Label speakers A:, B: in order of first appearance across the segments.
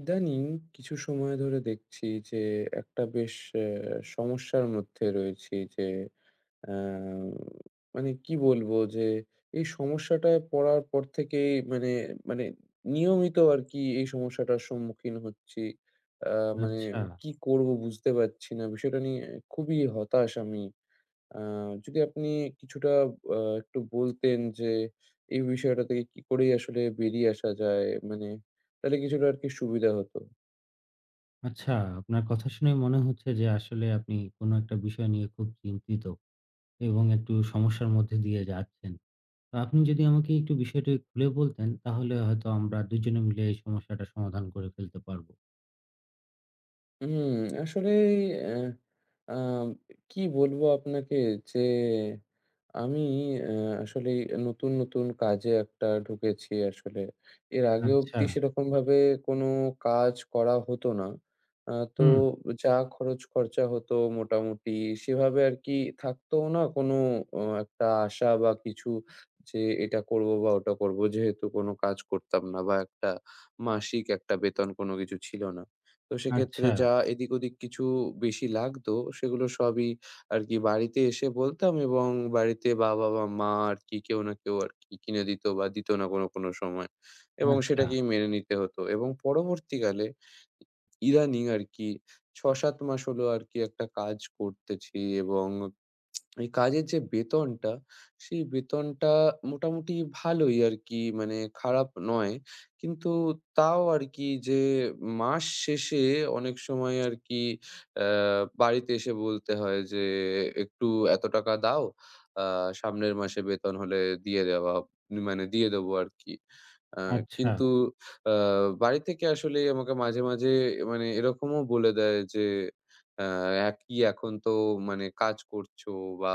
A: ইদানিং কিছু সময় ধরে দেখছি যে একটা বেশ সমস্যার মধ্যে রয়েছি যে আহ, মানে কি বলবো যে এই সমস্যাটায় পড়ার পর থেকেই মানে মানে নিয়মিত আর কি এই সমস্যাটার সম্মুখীন হচ্ছি। মানে
B: আচ্ছা,
A: কি করব বুঝতে পারছি না বিষয়টা নিয়ে। খুবই হতাশ আমি। আ যদি আপনি কিছুটা একটু বলতেন যে এই বিষয়টা থেকে কি করেই আসলে বেরিয়ে আসা যায়? মানে তাহলে কিছুটা আরকি সুবিধা হতো।
B: আচ্ছা। আপনার কথা শুনে মনে হচ্ছে যে আসলে আপনি কোনো একটা বিষয় নিয়ে খুব চিন্তিত এবং একটু সমস্যার মধ্যে দিয়ে যাচ্ছেন। তো আপনি যদি আমাকে একটু বিষয়টি খুলে বলতেন তাহলে হয়তো আমরা দুজনে মিলে এই সমস্যাটা সমাধান করে ফেলতে পারবো।
A: হুম, আসলে অ্যা আম কি বলবো আপনাকে যে আমি অ্যা আসলে নতুন, নতুন কাজে একটা ঢুকেছি আসলে। এর আগে
B: আচ্ছা,
A: অব্দি সেরকমভাবে কোনো কাজ করা হতো না। তো
B: হুম,
A: যা খরচ খরচা হতো মোটামুটি সেভাবে আরকি থাকতোও না কোনো একটা আশা বা কিছু, যে এটা করবো বা ওটা করবো। যেহেতু কোনো কাজ করতাম না বা একটা মাসিক একটা বেতন কোনো কিছু ছিল না। তো সেক্ষেত্রে
B: আচ্ছা,
A: যা এদিক ওদিক কিছু বেশি লাগতো সেগুলো সবই আরকি বাড়িতে এসে বলতাম, এবং বাড়িতে বাবা বা মা আরকি কেউ না কেউ আরকি কিনে দিত বা দিত না কোনো, কোনো সময়। এবং
B: আচ্ছা,
A: সেটাকেই মেনে নিতে হতো এবং পরবর্তীকালে ইদানিং আরকি ৬-৭ মাস হলো আরকি একটা কাজ করতেছি, এবং এই কাজের যে বেতনটা, সেই বেতনটা মোটামুটি ভালোই আরকি, মানে খারাপ নয়। কিন্তু তাও আরকি যে মাস শেষে অনেক সময় আরকি অ্যা বাড়িতে এসে বলতে হয় যে, "একটু এত টাকা দাও। আ সামনের মাসে বেতন হলে দিয়ে দেওয়া, মানে দিয়ে দেবো আরকি।" আ
B: আচ্ছা,
A: কিন্তু আ বাড়ি থেকে আসলে আমাকে মাঝে, মাঝে মানে এরকমও বলে দেয় যে আ কি এখন তো মানে কাজ করছো, বা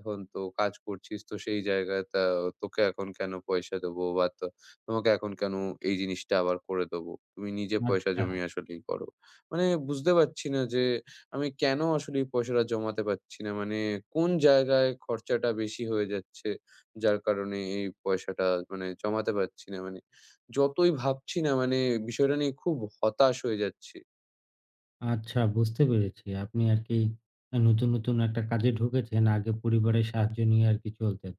A: এখন তো কাজ করছিস তো সেই জায়গায় তা তোকে এখন কেন পয়সা দেবো, বা তো তোমাকে এখন কেন এই জিনিসটা আবার করে দেবো? তুমি নিজে পয়সা
B: আচ্ছা,
A: জমিয়ে আসলেই করো। মানে বুঝতে পারছি না যে আমি কেন আসলে এই পয়সাটা জমাতে পারছি না? মানে কোন জায়গায় খরচাটা বেশি হয়ে যাচ্ছে যার কারণে এই পয়সাটা মানে জমাতে পারছি না। মানে যতই ভাবছি না মানে বিষয়টা নিয়ে খুব হতাশ হয়ে যাচ্ছি।
B: আচ্ছা বুঝতে পেরেছি। আপনি আরকি নতুন, নতুন একটা কাজে ঢুকেছেন। আগে পরিবারের সাহায্য নিয়ে আরকি চলতেন।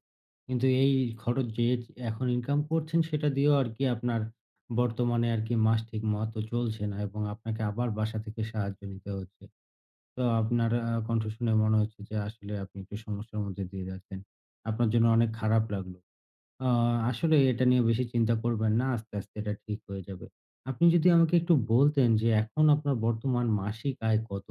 B: কিন্তু এই খরচ যে এখন ইনকাম করছেন সেটা দিয়েও আরকি আপনার বর্তমানে আরকি মাস ঠিকমতো চলছে না এবং আপনাকে আবার বাসা থেকে সাহায্য নিতে হচ্ছে। তো আপনার কণ্ঠ শুনে মনে হচ্ছে যে আসলে আপনি একটু সমস্যার মধ্যে দিয়ে যাচ্ছেন। আপনার জন্য অনেক খারাপ লাগলো। আ আসলে এটা নিয়ে বেশি চিন্তা করবেন না। আস্তে, আস্তে এটা ঠিক হয়ে যাবে। আপনি যদি আমাকে একটু বলতেন যে এখন আপনার বর্তমান মাসিক আয় কত?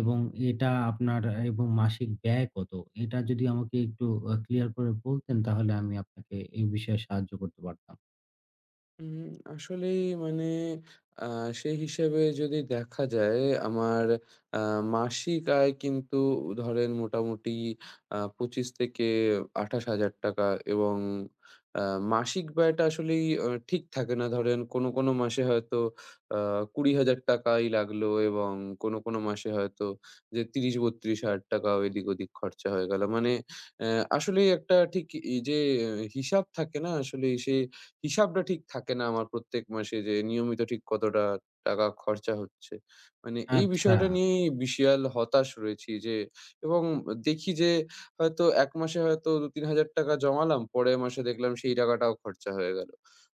B: এবং এটা আপনার এবং মাসিক ব্যয় কত? এটা যদি আমাকে একটু ক্লিয়ার করে বলতেন তাহলে আমি আপনাকে এই বিষয়ে সাহায্য করতে পারতাম।
A: উম, আসলেই মানে আ সেই হিসেবে যদি দেখা যায়, আমার আ মাসিক আয় কিন্তু ধরেন মোটামুটি ২৫ থেকে ২৮,০০০ টাকা, এবং আ মাসিক ব্যয়টা আসলেই ঠিক থাকে না। ধরেন কোনো, কোনো মাসে হয়তো আ ২০,০০০ টাকাই লাগলো, এবং কোনো, কোনো মাসে হয়তো যে ৩০-৩২,০০০ টাকাও এদিক ওদিক খরচা হয়ে গেল। মানে অ্যা আসলেই একটা ঠিক এই যে হিসাব থাকে না আসলেই, সেই হিসাবটা ঠিক থাকে না আমার প্রত্যেক মাসে যে নিয়মিত ঠিক কতটা টাকা খরচা হচ্ছে। মানে এই
B: আচ্ছা,
A: বিষয়টা নিয়েই বিশাল হতাশ রয়েছি, যে এবং দেখি যে হয়তো ১ মাসে হয়তো ২-৩ হাজার টাকা জমালাম, পরের মাসে দেখলাম সেই টাকাটাও খরচা হয়ে গেল।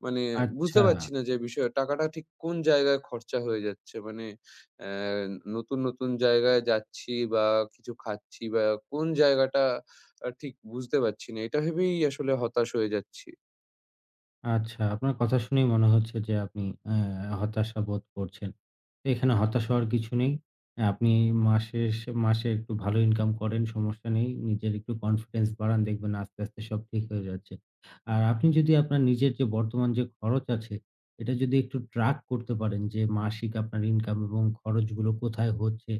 A: মানে বুঝতে
B: আচ্ছা।
A: পারছি না যে বিষয় টাকাটা ঠিক কোন জায়গায় খরচা হয়ে যাচ্ছে। মানে অ্যা নতুন, নতুন জায়গায় যাচ্ছি বা কিছু খাচ্ছি বা কোন জায়গাটা ঠিক বুঝতে পারছি না। এটা ভেবেই আসলে হতাশ হয়ে যাচ্ছি।
B: আচ্ছা, আপনার কথা শুনেই মনে হচ্ছে যে আপনি হতাশা বোধ করছেন। তো এখানে হতাশ হওয়ার কিছু নেই। আপনি মাসে মাসে একটু ভালো ইনকাম করেন, সমস্যা নেই। নিজের একটু কনফিডেন্স বাড়ান, দেখবেন আস্তে, আস্তে সব ঠিক হয়ে যাচ্ছে। আর আপনি যদি আপনার নিজের যে বর্তমান যে খরচ আছে, এটা যদি একটু ট্রাক করতে পারেন যে মাসিক আপনার ইনকাম এবং খরচগুলো কোথায় হচ্ছে,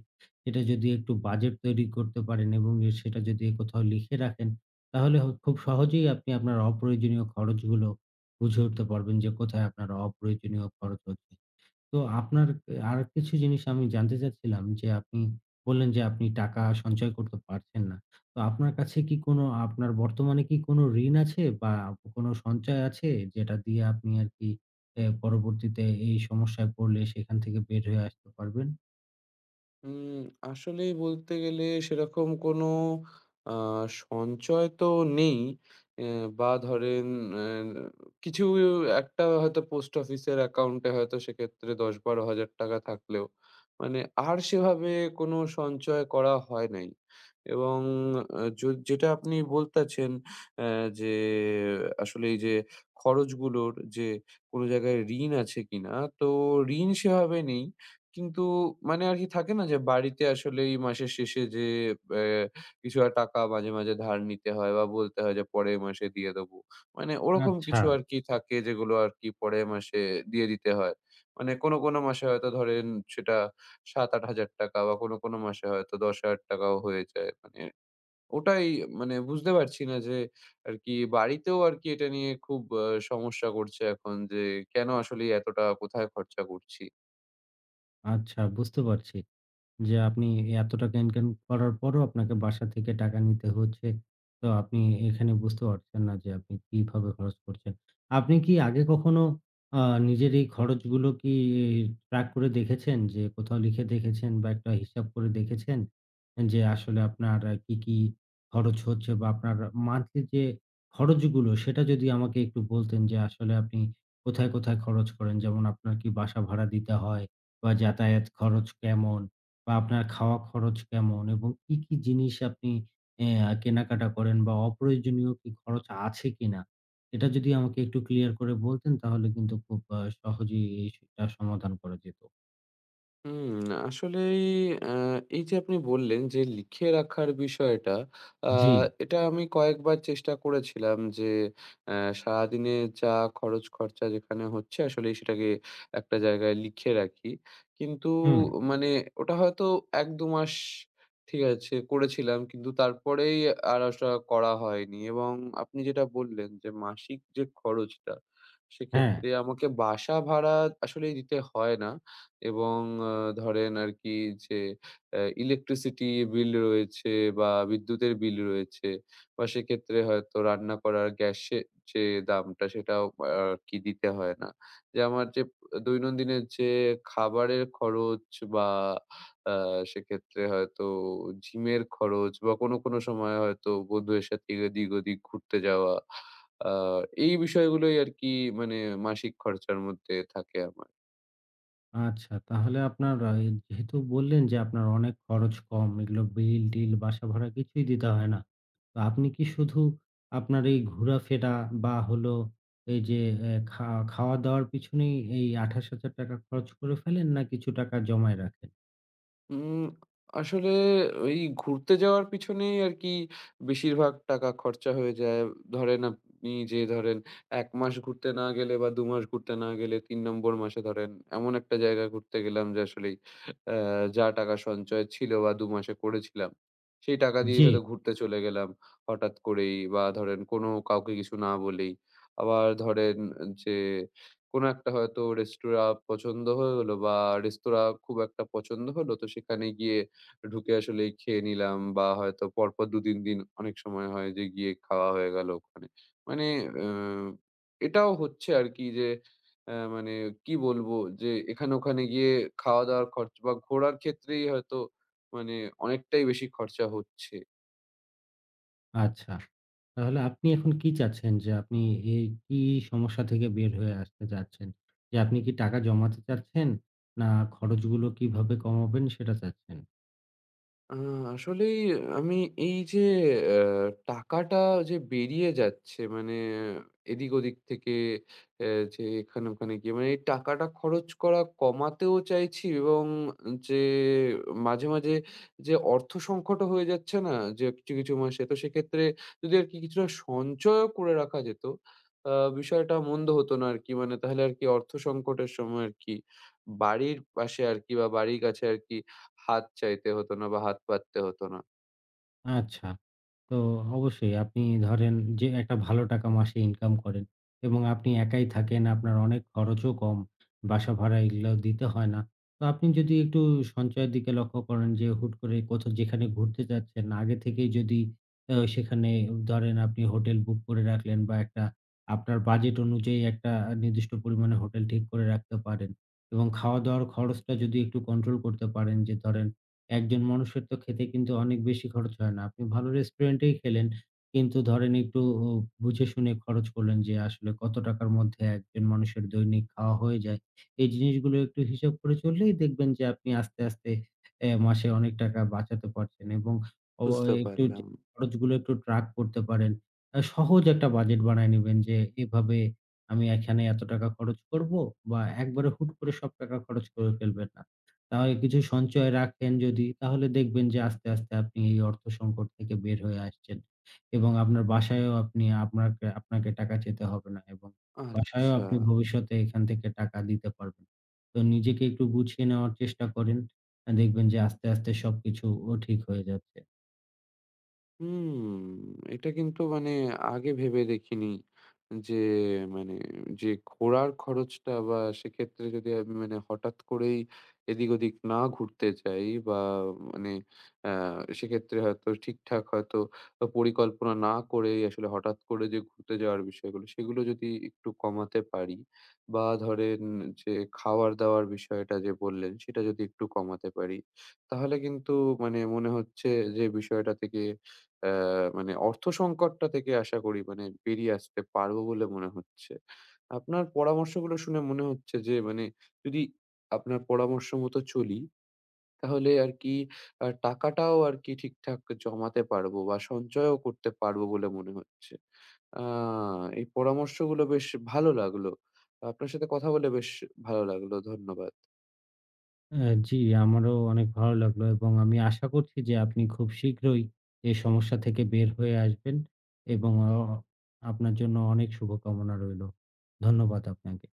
B: এটা যদি একটু বাজেট তৈরি করতে পারেন এবং সেটা যদি কোথাও লিখে রাখেন, তাহলে খুব সহজেই আপনি আপনার অপ্রয়োজনীয় খরচগুলো বুঝে উঠতে পারবেন যে কোথায় আপনার অপ্রয়োজনীয় খরচ হচ্ছে। তো আপনার আরেক কিছু জিনিস আমি জানতে চাচ্ছিলাম যে আপনি বললেন যে আপনি টাকা সঞ্চয় করতে পারছেন না। তো আপনার কাছে কি কোনো আপনার বর্তমানে কি কোনো ঋণ আছে বা কোনো সঞ্চয় আছে যেটা দিয়ে আপনি আরকি পরবর্তীতে এই সমস্যায় পড়লে সেখান থেকে বের হয়ে আসতে পারবেন?
A: উম, আসলেই বলতে গেলে সেরকম কোনো আ সঞ্চয় তো নেই। এ বা ধরেন এ কিছু একটা হয়তো পোস্ট অফিসের অ্যাকাউন্টে হয়তো সেক্ষেত্রে ১০-১২,০০০ টাকা থাকলেও মানে আর সেভাবে কোনো সঞ্চয় করা হয় নাই। এবং আ য যেটা আপনি বলতেছেন, যে আসলে এই যে খরচগুলোর যে কোনো জায়গায় ঋণ আছে কিনা? তো ঋণ সেভাবে নেই। কিন্তু মানে আরকি থাকে না যে বাড়িতে আসলে এই মাসের শেষে যে অ্যা কিছু আর টাকা মাঝে, মাঝে ধার নিতে হয় বা বলতে হয় যে পরের মাসে দিয়ে দেবো। মানে ওরকম
B: আচ্ছা।
A: কিছু আরকি থাকে যেগুলো আরকি পরের মাসে দিয়ে দিতে হয়। মানে কোনো, কোনো মাসে হয়তো ধরেন সেটা ৳৭,000-৮,000 বা কোনো, কোনো মাসে হয়তো ৳10,000 টাকাও হয়ে যায়। মানে ওটাই মানে বুঝতে পারছি না যে আরকি বাড়িতেও আরকি এটা নিয়ে খুব সমস্যা করছে এখন, যে কেন আসলেই এতটা কোথায় খরচা করছি।
B: আচ্ছা, বুঝতে পারছি। যে আপনি এত টাকা ইনকাম করার পরও আপনাকে বাসা থেকে টাকা নিতে হচ্ছে। তো আপনি এখানে বুঝতে পারছেন না যে আপনি কিভাবে খরচ করছেন। আপনি কি আগে কখনো আ নিজের এই খরচগুলো কি ট্র্যাক করে দেখেছেন? যে কোথাও লিখে দেখেছেন বা একটা হিসাব করে দেখেছেন? যে আসলে আপনার কি, কি খরচ হচ্ছে বা আপনার মান্থলি যে খরচগুলো সেটা যদি আমাকে একটু বলতেন যে আসলে আপনি কোথায়, কোথায় খরচ করেন? যেমন আপনার কি বাসা ভাড়া দিতে হয় বা যাতায়াত খরচ কেমন? বা আপনার খাওয়া খরচ কেমন? এবং কি, কি জিনিস আপনি কেনাকাটা করেন বা অপ্রয়োজনীয় কি খরচ আছে কিনা? এটা যদি আমাকে একটু ক্লিয়ার করে বলতেন তাহলে কিন্তু খুব সহজেই এই টা সমাধান করা যেত।
A: হুম, আসলেই আ এই যে আপনি বললেন যে লিখে রাখার বিষয়টা, আ
B: জি,
A: এটা আমি কয়েকবার চেষ্টা করেছিলাম যে আ সারাদিনে যা খরচ খরচা যেখানে হচ্ছে আসলেই সেটাকে একটা জায়গায় লিখে রাখি। কিন্তু
B: হুম,
A: মানে ওটা হয়তো ১-২ মাস ঠিক আছে করেছিলাম, কিন্তু তারপরেই আর ওটা করা হয়নি। এবং আপনি যেটা বললেন যে মাসিক যে খরচটা,
B: হ্যাঁ।
A: সেক্ষেত্রে আমাকে বাসা ভাড়া আসলেই দিতে হয় না, এবং ধরেন আরকি যে ইলেকট্রিসিটি বিল রয়েছে বা বিদ্যুতের বিল রয়েছে, বা সেক্ষেত্রে হয়তো রান্না করার গ্যাসের যে দামটা সেটাও আরকি দিতে হয় না। যে আমার যে দৈনন্দিনের যে খাবারের খরচ বা আ সেক্ষেত্রে হয়তো জিমের খরচ বা কোনো, কোনো সময় হয়তো বন্ধুদের সাথে এদিক ওদিক ঘুরতে যাওয়া। আ এই বিষয়গুলোই আরকি মানে মাসিক খরচার মধ্যে থাকে আমার।
B: আচ্ছা, তাহলে আপনার যেহেতু বললেন যে আপনার অনেক খরচ কম, এগুলো বিল-টিল, বাসা ভাড়া কিছুই দিতে হয় না। তো আপনি কি শুধু আপনার এই ঘোরাফেরা বা হলো এই যে এ খা খাওয়া-দাওয়ার পিছনেই এই ৳২৮,০০০ খরচ করে ফেলেন না কিছু টাকা জমায় রাখেন?
A: উম, আসলে ওই ঘুরতে যাওয়ার পিছনেই আরকি বেশিরভাগ টাকা খরচা হয়ে যায়। ধরেন আপনি, যে ধরেন ১ মাস ঘুরতে না গেলে বা ২ মাস ঘুরতে না গেলে ৩ নম্বর মাসে ধরেন এমন একটা জায়গায় ঘুরতে গেলাম যে আসলেই আ যা টাকা সঞ্চয় ছিল বা ২ মাসে করেছিলাম, সেই টাকা দিয়ে
B: জি।
A: হয়তো ঘুরতে চলে গেলাম হঠাৎ করেই, বা ধরেন কোনো কাউকে কিছু না বলেই। আবার ধরেন যে কোনো একটা হয়তো রেস্তোরাঁ পছন্দ হয়ে হলো বা রেস্তোরাঁ খুব একটা পছন্দ হলো। তো সেখানে গিয়ে ঢুকে আসলে খেয়ে নিলাম, বা হয়তো পরপর ২, ৩ দিন অনেক সময় হয় যে গিয়ে খাওয়া হয়ে গেল ওখানে। মানে আ এটাও হচ্ছে আরকি যে মানে কি বলবো? যে এখানে ওখানে গিয়ে খাওয়া-দাওয়ার খরচ বা ঘোরার ক্ষেত্রেই হয়তো মানে অনেকটাই বেশি খরচা হচ্ছে।
B: আচ্ছা, তাহলে আপনি এখন কি চাচ্ছেন যে আপনি এই কি সমস্যা থেকে বের হয়ে আসতে চাচ্ছেন? যে আপনি কি টাকা জমাতে চাচ্ছেন? না খরচগুলো কিভাবে কমাবেন সেটা চাচ্ছেন?
A: আ আসলেই আমি এই যে আ টাকাটা যে বেরিয়ে যাচ্ছে মানে এদিক ওদিক থেকে অ্যা যে এখানে ওখানে গিয়ে মানে এই টাকাটা খরচ করা কমাতেও চাইছি, এবং যে মাঝে, মাঝে যে অর্থ সংকটও হয়ে যাচ্ছে না? যে কিছু, কিছু মাসে তো সেক্ষেত্রে যদি আরকি কিছুটা সঞ্চয়ও করে রাখা যেত, আ বিষয়টা মন্দ হতো না আরকি। মানে তাহলে আরকি অর্থ সংকটের সময় আরকি বাড়ির পাশে আরকি বা বাড়ির কাছে আরকি হাত চাইতে হতো না বা হাত পাততে হতো না।
B: আচ্ছা। তো অবশ্যই আপনি ধরেন যে একটা ভালো টাকা মাসে ইনকাম করেন এবং আপনি একাই থাকেন, আপনার অনেক খরচও কম। বাসা ভাড়া এগুলাও দিতে হয় না। তো আপনি যদি একটু সঞ্চয়ের দিকে লক্ষ্য করেন যে হুট করে কোথাও যেখানে ঘুরতে যাচ্ছেন আগে থেকেই যদি সেখানে ধরেন আপনি হোটেল বুক করে রাখলেন বা একটা আপনার বাজেট অনুযায়ী একটা নির্দিষ্ট পরিমাণে হোটেল ঠিক করে রাখতে পারেন এবং খাওয়া-দাওয়ার খরচটা যদি একটু কন্ট্রোল করতে পারেন যে ধরেন একজন মানুষের তো খেতে কিন্তু অনেক বেশি খরচ হয় না। আপনি ভালো রেস্টুরেন্টেই খেলেন। কিন্তু ধরেন একটু বুঝে শুনে খরচ করলেন যে আসলে কত টাকার মধ্যে একজন মানুষের দৈনিক খাওয়া হয়ে যায়। এই জিনিসগুলো একটু হিসাব করে চললেই দেখবেন যে আপনি আস্তে, আস্তে মাসে অনেক টাকা বাঁচাতে পারছেন এবং অ
A: বুঝতে
B: একটু যে
A: পারলাম।
B: খরচগুলো একটু ট্রাক করতে পারেন। সহজ একটা বাজেট বানায় নিবেন যে এভাবে আমি এখানে এত টাকা খরচ করব বা একবারে হুট করে সব টাকা খরচ করে ফেলবেন না। তাহলে কিছু সঞ্চয় রাখেন যদি, তাহলে দেখবেন যে আস্তে, আস্তে আপনি এই অর্থ সংকট থেকে বের হয়ে আসছেন। এবং আপনার বাসায়ও আপনি আপনাকে আপনাকে টাকা চেতে হবে না এবং বাসায়ও
A: আচ্ছা।
B: আপনি ভবিষ্যতে এখান থেকে টাকা দিতে পারবেন। তো নিজেকে একটু গুছিয়ে নেওয়ার চেষ্টা করেন। দেখবেন যে আস্তে, আস্তে সবকিছু ঠিক হয়ে যাচ্ছে।
A: হুম, এটা কিন্তু মানে আগে ভেবে দেখিনি যে মানে, যে ঘোরার খরচটা বা সেক্ষেত্রে যদি আমি মানে হঠাৎ করেই এদিক ওদিক না ঘুরতে যাই বা মানে সেক্ষেত্রে হয়তো ঠিকঠাক হয়তো পরিকল্পনা না করেই আসলে হঠাৎ করে যে ঘুরতে যাওয়ার বিষয়গুলো সেগুলো যদি একটু কমাতে পারি, বা ধরেন যে খাওয়ার দাওয়ার বিষয়টা যে বললেন সেটা যদি একটু কমাতে পারি, তাহলে কিন্তু মানে মনে হচ্ছে যে বিষয়টা থেকে আ মানে অর্থ সংকটটা থেকে আশা করি মানে বেরিয়ে আসতে পারবো বলে মনে হচ্ছে। আপনার পরামর্শগুলো শুনে মনে হচ্ছে যে মানে, যদি আপনার পরামর্শ মতো চলি, তাহলে আরকি টাকাটাও আরকি ঠিকঠাক জমাতে পারবো বা সঞ্চয়ও করতে পারবো বলে মনে হচ্ছে। আ এই পরামর্শগুলো বেশ ভালো লাগলো। আপনার সাথে কথা বলে বেশ ভালো লাগলো। ধন্যবাদ।
B: হ্যাঁ, জি, আমারও অনেক ভালো লাগলো এবং আমি আশা করছি যে আপনি খুব শীঘ্রই এই সমস্যা থেকে বের হয়ে আসবেন এবং আপনার জন্য অনেক শুভকামনা রইলো। ধন্যবাদ আপনাকে।